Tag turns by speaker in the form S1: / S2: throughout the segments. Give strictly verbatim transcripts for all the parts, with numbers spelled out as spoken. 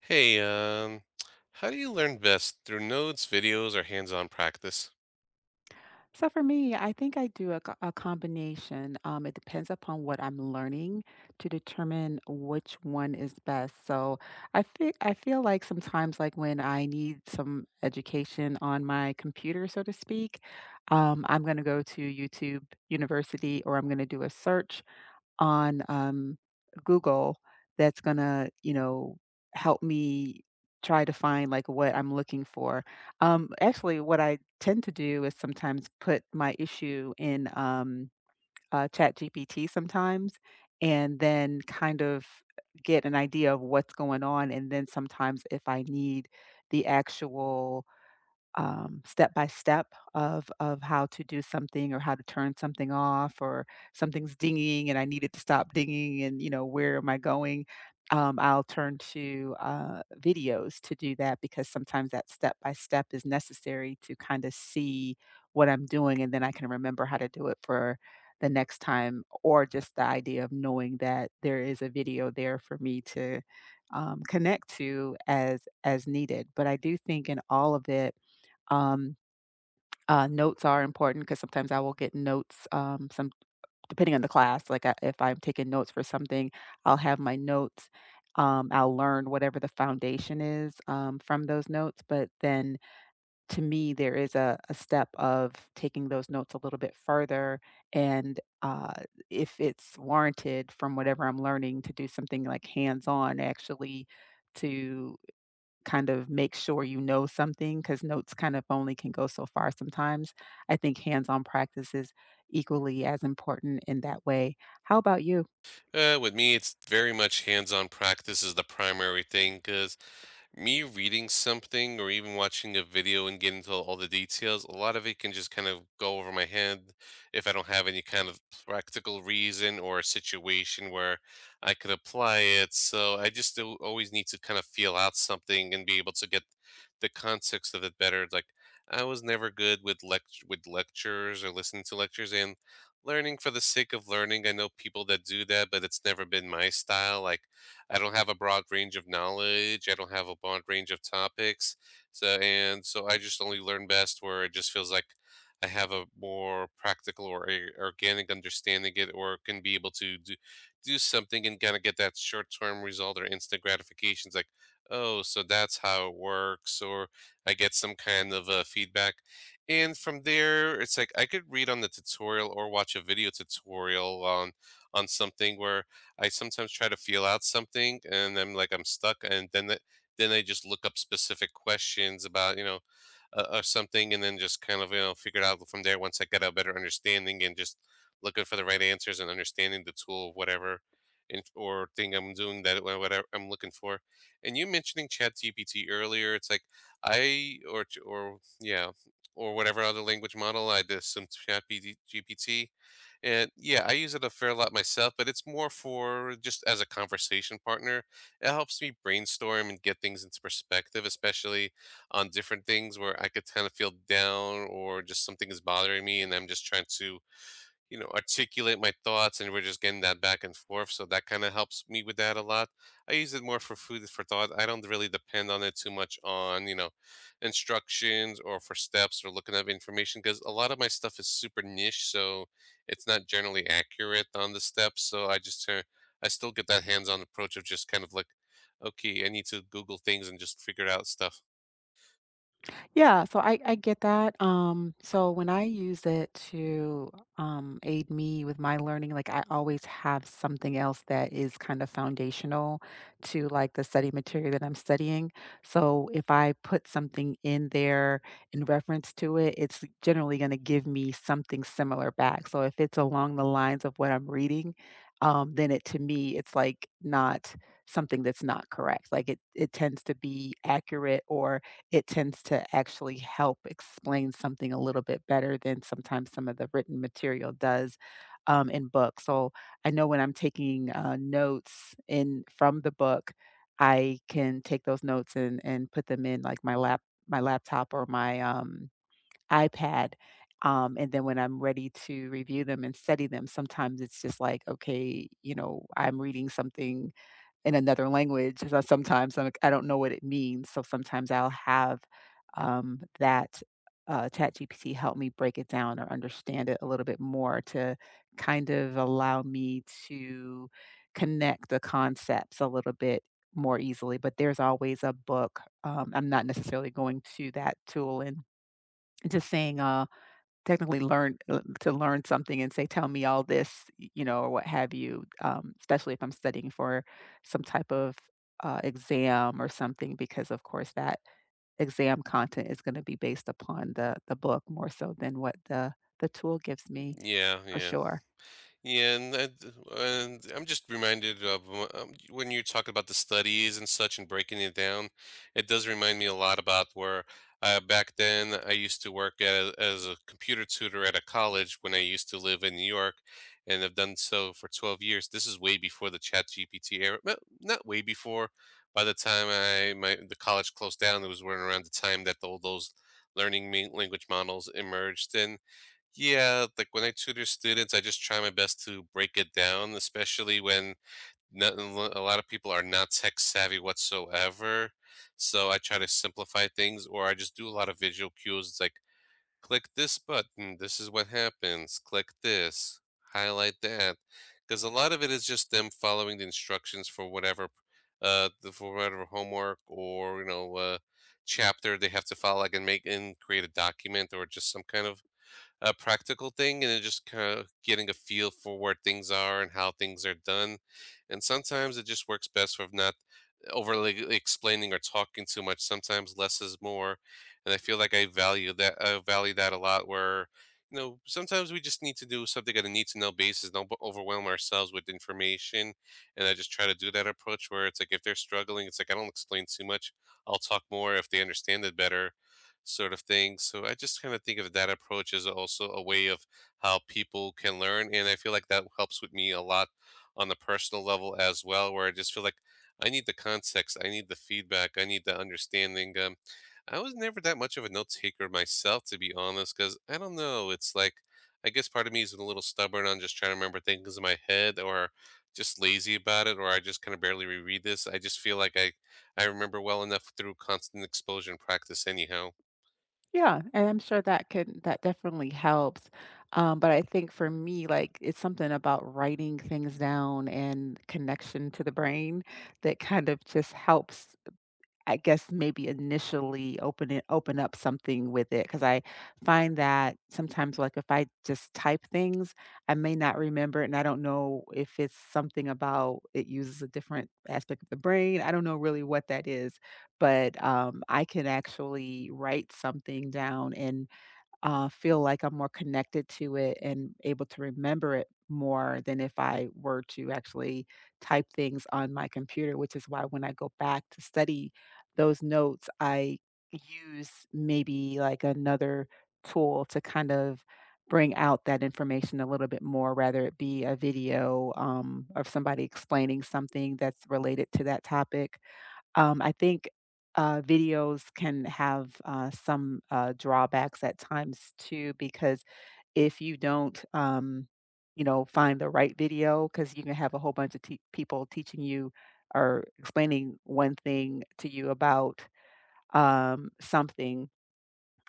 S1: Hey, um, how do you learn best? Through notes, videos, or hands-on practice?
S2: So for me, I think I do a, co- a combination. Um, it depends upon what I'm learning to determine which one is best. So I feel I feel like sometimes, like when I need some education on my computer, so to speak, um, I'm going to go to YouTube University, or I'm going to do a search on, um, Google that's gonna, you know, help me try to find, like, what I'm looking for. Um, actually, what I tend to do is sometimes put my issue in, um, uh, ChatGPT sometimes and then kind of get an idea of what's going on, and then sometimes if I need the actual um, step by step of of how to do something or how to turn something off or something's dinging and I need it to stop dinging and you know where am I going? Um, I'll turn to uh, videos to do that because sometimes that step by step is necessary to kind of see what I'm doing and then I can remember how to do it for the next time or just the idea of knowing that there is a video there for me to um, connect to as as needed, but I do think in all of it um, uh, notes are important because sometimes I will get notes, um, some depending on the class. Like I, if I'm taking notes for something, I'll have my notes. Um, I'll learn whatever the foundation is um, from those notes. But then to me, there is a, a step of taking those notes a little bit further. And uh, if it's warranted from whatever I'm learning to do something like hands on, actually to kind of make sure you know something because notes kind of only can go so far sometimes. I think hands-on practice is equally as important in that way. How about you?
S1: Uh, with me, it's very much hands-on practice is the primary thing, 'cause me reading something or even watching a video and getting into all the details, a lot of it can just kind of go over my head if I don't have any kind of practical reason or a situation where I could apply it. So I just do- always need to kind of feel out something and be able to get the context of it better. Like I was never good with lect- with lectures or listening to lectures and learning for the sake of learning. I know people that do that, but it's never been my style. Like I don't have a broad range of knowledge. I don't have a broad range of topics. So, and so I just only learn best where it just feels like I have a more practical or a, organic understanding it, or can be able to do, do something and kind of get that short term result or instant gratifications like, oh, so that's how it works, or I get some kind of uh, feedback. And from there, it's like I could read on the tutorial or watch a video tutorial on on something where I sometimes try to feel out something and I'm like I'm stuck and then the, then I just look up specific questions about, you know, uh, or something, and then just kind of you know figured out from there once I got a better understanding and just looking for the right answers and understanding the tool of whatever and or thing I'm doing that wha- whatever I'm looking for. And you mentioning ChatGPT earlier, it's like I or ch- or yeah, or whatever other language model I did some ChatGPT. And yeah, I use it a fair lot myself, but it's more for just as a conversation partner. It helps me brainstorm and get things into perspective, especially on different things where I could kind of feel down or just something is bothering me and I'm just trying to, you know, articulate my thoughts and we're just getting that back and forth. So that kind of helps me with that a lot. I use it more for food for thought. I don't really depend on it too much on, you know, instructions or for steps or looking up information because a lot of my stuff is super niche. So it's not generally accurate on the steps. So I just turn, I still get that hands on approach of just kind of like, okay, I need to Google things and just figure out stuff.
S2: Yeah, so I I get that, um, so when I use it to, um, aid me with my learning, like, I always have something else that is kind of foundational to, like, the study material that I'm studying, so if I put something in there in reference to it, it's generally gonna give me something similar back, so if it's along the lines of what I'm reading, um, then it to me, it's, like, not something that's not correct, like, it it tends to be accurate or it tends to actually help explain something a little bit better than sometimes some of the written material does um, in books. So I know when I'm taking uh, notes in from the book, I can take those notes and and put them in like my lap my laptop or my um, iPad. Um, and then when I'm ready to review them and study them, sometimes it's just like, okay, you know, I'm reading something in another language, so sometimes I'm like, I don't know what it means, so sometimes I'll have, um, that, uh, ChatGPT help me break it down or understand it a little bit more to kind of allow me to connect the concepts a little bit more easily, but there's always a book. um, I'm not necessarily going to that tool and just saying, uh technically learn uh, to learn something and say, "Tell me all this," y you know, or what have you. Um, especially if I'm studying for some type of, uh, exam or something because, of course, that exam content is gonna be based upon the the book more so than what the the tool gives me,
S1: Yeah,
S2: for
S1: yeah,
S2: sure.
S1: yeah, and that, and I'm just reminded of wh- um, when you talk about the studies and such and breaking it down, it does remind me a lot about where uh, back then I used to work as, as a computer tutor at a college when I used to live in New York, and I've done so for twelve years. This is way before the Chat G P T era, well, not way before. By the time I my the college closed down, it was around the time that all those learning me- language models emerged, and yeah, like when I tutor students, I just try my best to break it down, especially when not, a lot of people are not tech savvy whatsoever. So I try to simplify things, or I just do a lot of visual cues. It's like, click this button, this is what happens, click this, highlight that. Because a lot of it is just them following the instructions for whatever, uh, the- for whatever homework or, you know, uh, chapter they have to follow, like and make and create a document or just some kind of a practical thing and then just kind of getting a feel for where things are and how things are done. And sometimes it just works best with not overly explaining or talking too much. Sometimes less is more, and I feel like I value that. I value that a lot. Where you know sometimes we just need to do something on a need to know basis. Don't b- overwhelm ourselves with information, and I just try to do that approach where it's like if they're struggling, it's like I don't explain too much. I'll talk more if they understand it better. Sort of thing. So I just kind of think of that approach as also a way of how people can learn. And I feel like that helps with me a lot on the personal level as well, where I just feel like I need the context. I need the feedback. I need the understanding. Um, I was never that much of a note taker myself, to be honest, because I don't know. It's like, I guess part of me is a little stubborn on just trying to remember things in my head or just lazy about it, or I just kind of barely reread this. I just feel like I, I remember well enough through constant exposure and practice, anyhow.
S2: Yeah, and I'm sure that could that definitely helps, um, but I think for me, like, it's something about writing things down and connection to the brain that kind of just helps, I guess maybe initially open it open up something with it, because I find that sometimes, like, if I just type things, I may not remember it, and I don't know if it's something about it uses a different aspect of the brain. I don't know really what that is, but, um, I can actually write something down and uh, feel like I'm more connected to it and able to remember it more than if I were to actually type things on my computer, which is why when I go back to study those notes, I use maybe like another tool to kind of bring out that information a little bit more, rather it be a video um, of somebody explaining something that's related to that topic. um, I think, uh, videos can have, uh, some, uh, drawbacks at times too, because if you don't, um, you know, find the right video, because you can have a whole bunch of t people teaching you or explaining one thing to you about, um, something,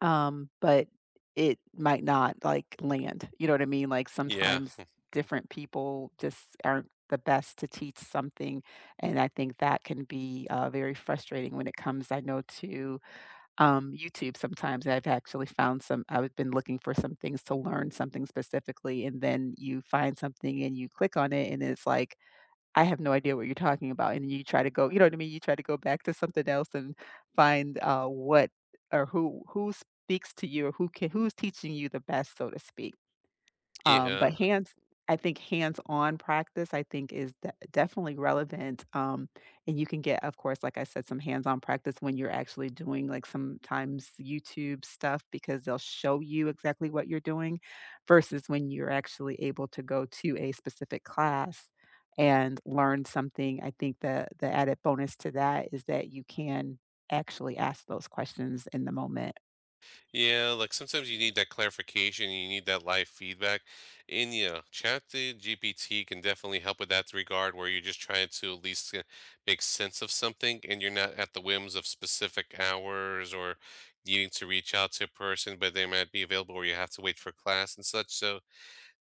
S2: um, but it might not, like, land, you know what I mean? Like,
S1: Yeah.
S2: sometimes different people just aren't the best to teach something, and I think that can be, uh, very frustrating when it comes, I know, to, um, YouTube sometimes. I've actually found some I've been looking for some things to learn something specifically, and then you find something and you click on it, and it's like, I have no idea what you're talking about, and you try to go you know what I mean? You try to go back to something else and find, uh, what or who who speaks to you or who can who's teaching you the best, so to speak. Um,
S1: Yeah.
S2: but hands I think hands-on practice, I think is de definitely relevant, um, and you can get, of course, like I said, some hands-on practice when you're actually doing, like, sometimes YouTube stuff because they'll show you exactly what you're doing versus when you're actually able to go to a specific class and learn something. I think the the added bonus to that is that you can actually ask those questions in the moment.
S1: Yeah, like sometimes you need that clarification, you need that live feedback. And yeah, chat G P T can definitely help with that regard where you're just trying to at least uh, make sense of something and you're not at the whims of specific hours or needing to reach out to a person, but they might be available or you have to wait for class and such. So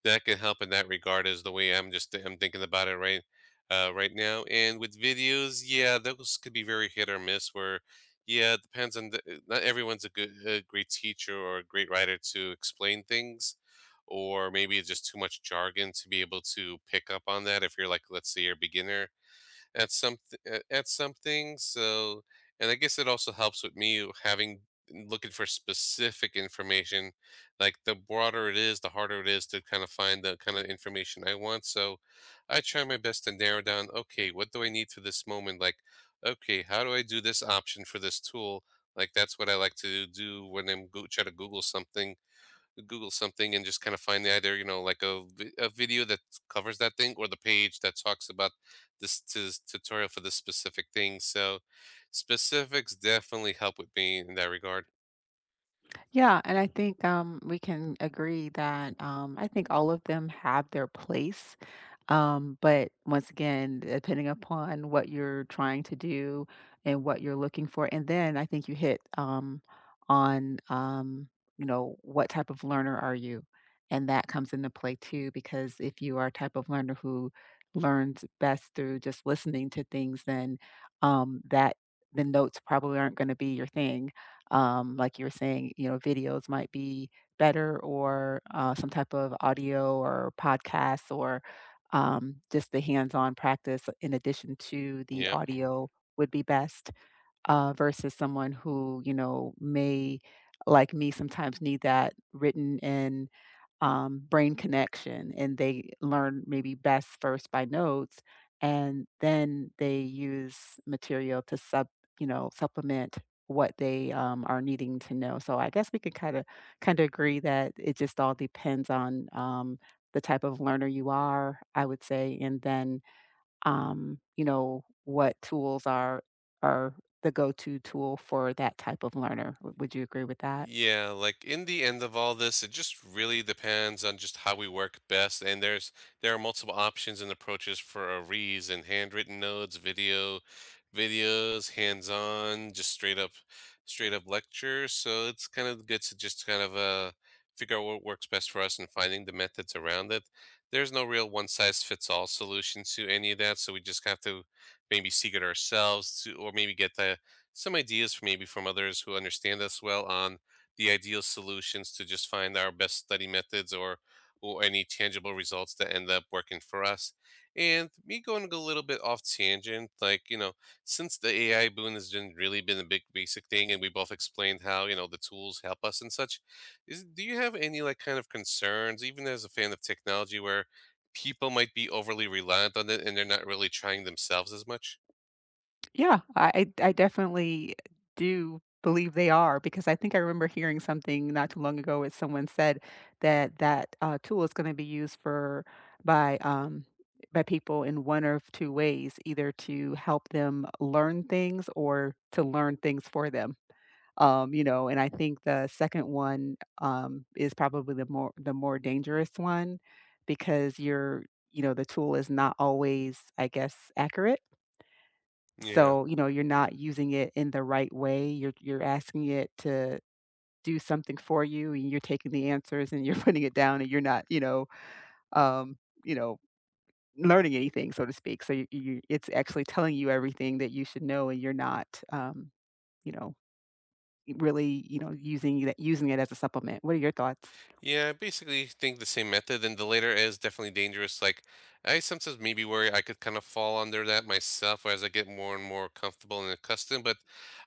S1: that can help in that regard is the way I'm just I'm thinking about it right uh, right now. And with videos, yeah, those could be very hit or miss. Where yeah, it depends on the, uh, not everyone's a good a great teacher or a great writer to explain things, or maybe it's just too much jargon to be able to pick up on that. If you're like let's say you're a beginner at some th- at something. So, and I guess it also helps with me having looking for specific information. Like the broader it is, the harder it is to kind of find the kind of information I want. So, I try my best to narrow down. Okay, what do I need for this moment? Like, okay, how do I do this option for this tool? Like that's what I like to do when I'm go- try to Google something Google something and just kind of find the either, you know, like a vi- a video that covers that thing or the page that talks about this tus- tutorial for this specific thing. So specifics definitely help with me in that regard.
S2: Yeah, and I think um, we can agree that, um, I think all of them have their place. Um, but once again, depending upon what you're trying to do and what you're looking for, and then I think you hit um, on um, you know, what type of learner are you, and that comes into play too. Because if you are a type of learner who learns best through just listening to things, then um, that the notes probably aren't going to be your thing, um, like you were saying, you know, videos might be better or uh, some type of audio or podcasts or um, just the hands on practice in addition to the
S1: Yeah.
S2: audio would be best, uh, versus someone who you know may like me sometimes need that written in um, brain connection, and they learn maybe best first by notes and then they use material to sub you know supplement what they um, are needing to know. So I guess we can kind of kind of agree that it just all depends on um, the type of learner you are, I would say, and then um, you know, what tools are are the go-to tool for that type of learner. W- Would you agree with that?
S1: Yeah, like in the end of all this, it just really depends on just how we work best. And there's there are multiple options and approaches for R Es and handwritten notes, video, videos, hands-on, just straight up, straight up lectures. So it's kind of good to just kind of uh figure out what works best for us and finding the methods around it. There's no real one size fits all solution to any of that, so we just have to maybe seek it ourselves to, or maybe get the some ideas from maybe from others who understand us well on the ideal solutions to just find our best study methods or or any tangible results that end up working for us. And me going a little bit off tangent, like, you know, since the A I boon has been really been a big basic thing and we both explained how, you know, the tools help us and such, is do you have any like kind of concerns, even as a fan of technology, where people might be overly reliant on it and they're not really trying themselves as much?
S2: Yeah, I I I definitely do believe they are, because I think I remember hearing something not too long ago where someone said that that uh, tool is going to be used for by um, by people in one of two ways, either to help them learn things or to learn things for them. Um, you know, and I think the second one, um, is probably the more the more dangerous one because you're, you know, the tool is not always, I guess, accurate.
S1: Yeah.
S2: So, you know, you're not using it in the right way. You're you're asking it to do something for you and you're taking the answers and you're putting it down and you're not, you know, um, you know, learning anything, so to speak. So you, you it's actually telling you everything that you should know and you're not, um, you know, really, you know, using that using it as a supplement. What are your thoughts?
S1: Yeah, I basically think the same method, and the later is definitely dangerous. Like, I sometimes maybe worry I could kind of fall under that myself as I get more and more comfortable and accustomed, but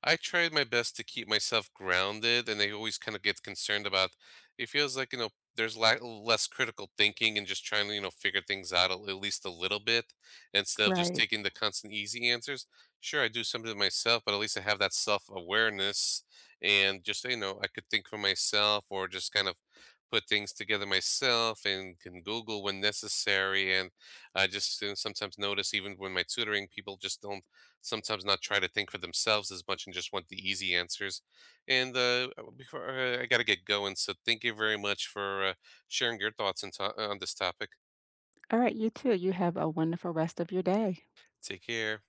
S1: I tried my best to keep myself grounded, and I always kind of get concerned about it feels like, you know, there's la- less critical thinking and just trying to, you know, figure things out a- at least a little bit instead of just
S2: Right.
S1: taking the constant easy answers. Sure, I do some of it myself, but at least I have that self awareness and just, you know, I could think for myself or just kind of put things together myself and can Google when necessary. And I just uh, sometimes notice, even when my tutoring, people just don't sometimes not try to think for themselves as much and just want the easy answers. And uh, uh, before uh, I got to get going, so thank you very much for uh, sharing your thoughts and to- on this topic.
S2: All right, you too. You have a wonderful rest of your day.
S1: Take care.